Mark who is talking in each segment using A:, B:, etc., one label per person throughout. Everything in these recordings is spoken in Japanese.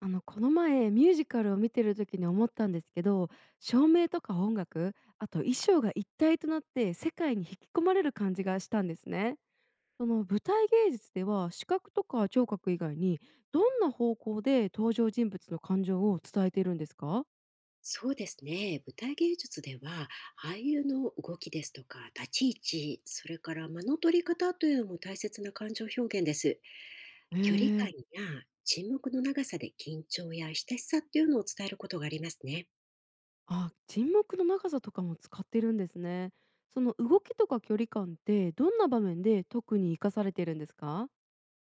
A: この前ミュージカルを見てる時に思ったんですけど、照明とか音楽、あと衣装が一体となって世界に引き込まれる感じがしたんですね。その舞台芸術では、視覚とか聴覚以外にどんな方向で登場人物の感情を伝えているんですか？
B: そうですね。舞台芸術では、俳優の動きですとか、立ち位置、それから間の取り方というのも大切な感情表現です。
A: へ
B: 距離感
A: え。
B: や沈黙の長さで緊張や親しさっていうのを伝えることがありますね。
A: あ、沈黙の長さとかも使ってるんですね。その動きとか距離感って、どんな場面で特に活かされているんですか？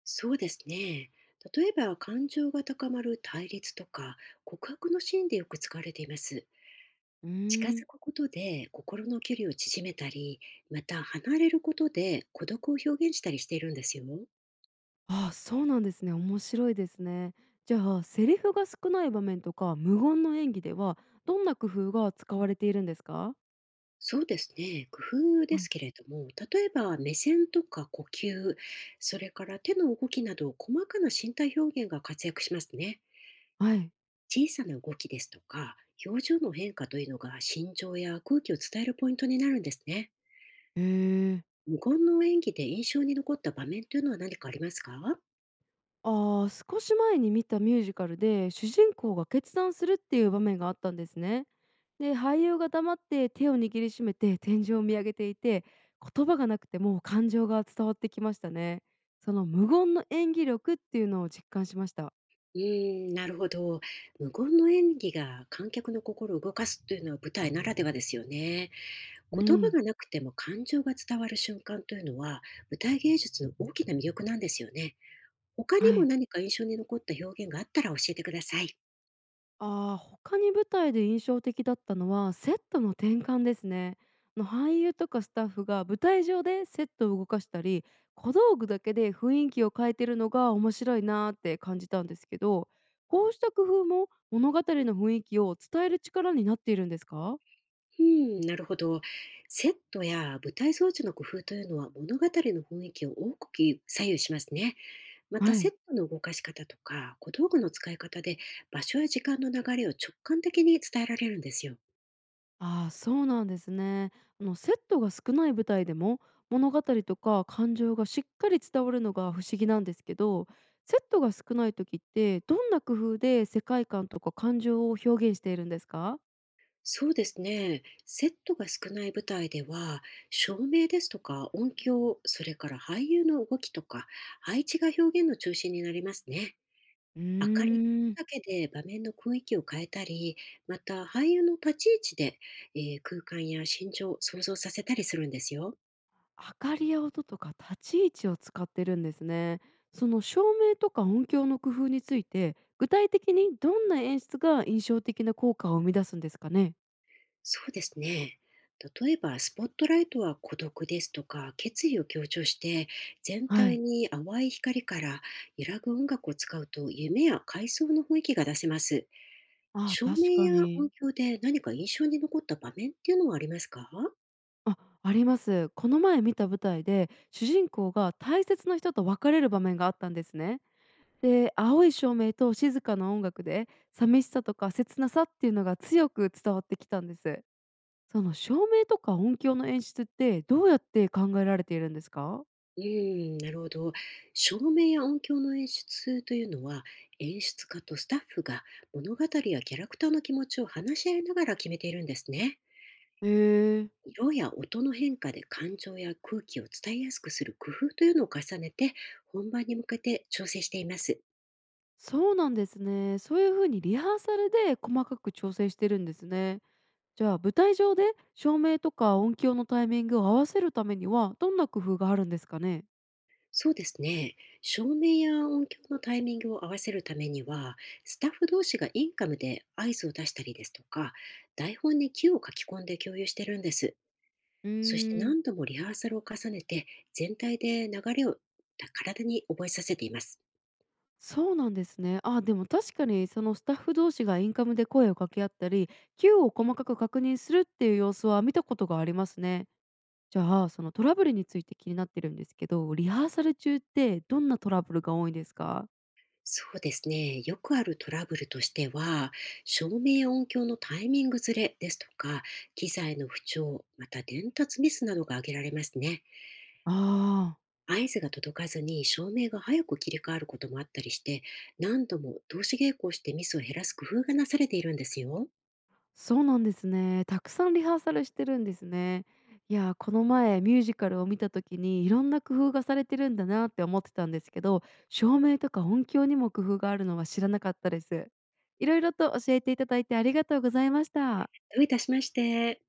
B: そうですね。例えば、感情が高まる対立とか、告白のシーンでよく使われています。
A: う
B: 近
A: ーん。
B: づくことで心の距離を縮めたり、また離れることで孤独を表現したりしているんですよ。
A: ああ、そうなんですね。面白いですね。じゃあ、セリフが少ない場面とか無言の演技では、どんな工夫が使われているんですか？
B: そうですね。工夫で
A: はい。
B: すけれども、例えば目線とか呼吸、それから手の動きなど細かな身体表現が活躍しますね。
A: はい。
B: 小さな動きですとか、表情の変化というのが心情や空気を伝えるポイントになるんですね。
A: へえ。
B: 無言の演技で印象に残った場面というのは何かありますか？
A: ああ、少し前に見たミュージカルで、主人公が決断するっていう場面があったんですね。で、俳優が黙って手を握りしめて天井を見上げていて、言葉がなくても感情が伝わってきましたね。その無言の演技力っていうのを実感しました。
B: うーん、なるほど。無言の演技が観客の心を動かすというのは舞台ならではですよね。
A: う
B: 言葉
A: ん。
B: がなくても感情が伝わる瞬間というのは舞台芸術の大きな魅力なんですよね。他に
A: は
B: も
A: い。
B: 何か印象に残った表現があったら教えてください。
A: ああ、他に舞台で印象的だったのは、セットの転換ですね。俳優とかスタッフが舞台上でセットを動かしたり、小道具だけで雰囲気を変えてるのが面白いなーって感じたんですけど、こうした工夫も物語の雰囲気を伝える力になっているんですか？
B: うん、なるほど。セットや舞台装置の工夫というのは物語の雰囲気を大きく左右しますね。また
A: は
B: セッ
A: い。
B: トの動かし方とか小道具の使い方で場所や時間の流れを直感的に伝えられるんですよ。
A: ああ、そうなんですね。あの、セットが少ない舞台でも物語とか感情がしっかり伝わるのが不思議なんですけど、セットが少ない時って、どんな工夫で世界観とか感情を表現しているんですか？
B: そうですね。セットが少ない舞台では、照明ですとか音響、それから俳優の動きとか、配置が表現の中心になりますね。
A: う
B: 明かり
A: ーん、
B: だけで場面の雰囲気を変えたり、また俳優の立ち位置で、空間や心情を想像させたりするんですよ。
A: 明かりや音とか立ち位置を使ってるんですね。その照明とか音響の工夫について、具体的にどんな演出が印象的な効果を生み出すんですかね？
B: そうですね。例えば、スポットライトは孤独ですとか、決意を強調して、全
A: は
B: 体
A: い。
B: に淡い光から揺らぐ音楽を使うと、夢や回想の雰囲気が出せます。
A: ああ、
B: 照
A: 確か
B: 明や音
A: に。
B: 響で何か印象に残った場面っていうのはありますか？
A: あ、あります。この前見た舞台で、主人公が大切な人と別れる場面があったんですね。で、青い照明と静かな音楽で、寂しさとか切なさっていうのが強く伝わってきたんです。その照明とか音響の演出って、どうやって考えられているんですか？
B: うん、なるほど。照明や音響の演出というのは、演出家とスタッフが物語やキャラクターの気持ちを話し合いながら決めているんですね。
A: へえ、
B: 色や音の変化で感情や空気を伝えやすくする工夫というのを重ねて本番に向けて調整しています。
A: そうなんですね。そういう風にリハーサルで細かく調整してるんですね。じゃあ、舞台上で照明とか音響のタイミングを合わせるためには、どんな工夫があるんですかね？
B: そうですね。照明や音響のタイミングを合わせるためには、スタッフ同士がインカムで合図を出したりですとか、台本にキーを書き込んで共有してるんです。
A: う
B: そして
A: ーん。
B: 何度もリハーサルを重ねて、全体で流れを体に覚えさせています。
A: そうなんですね。あ、でも確かに、そのスタッフ同士がインカムで声を掛け合ったり、Q を細かく確認するっていう様子は見たことがありますね。じゃあ、そのトラブルについて気になってるんですけど、リハーサル中ってどんなトラブルが多いんですか？
B: そうですね。よくあるトラブルとしては、照明や音響のタイミングずれですとか、機材の不調、また伝達ミスなどが挙げられますね。
A: あ。あー。
B: 合図が届かずに照明が早く切り替わることもあったりして、何度も同し稽古をしてミスを減らす工夫がなされているんですよ。
A: そうなんですね。たくさんリハーサルしてるんですね。いやー、この前ミュージカルを見た時に、いろんな工夫がされてるんだなって思ってたんですけど、照明とか音響にも工夫があるのは知らなかったです。いろいろと教えていただいてありがとうございました。
B: どういたしまして。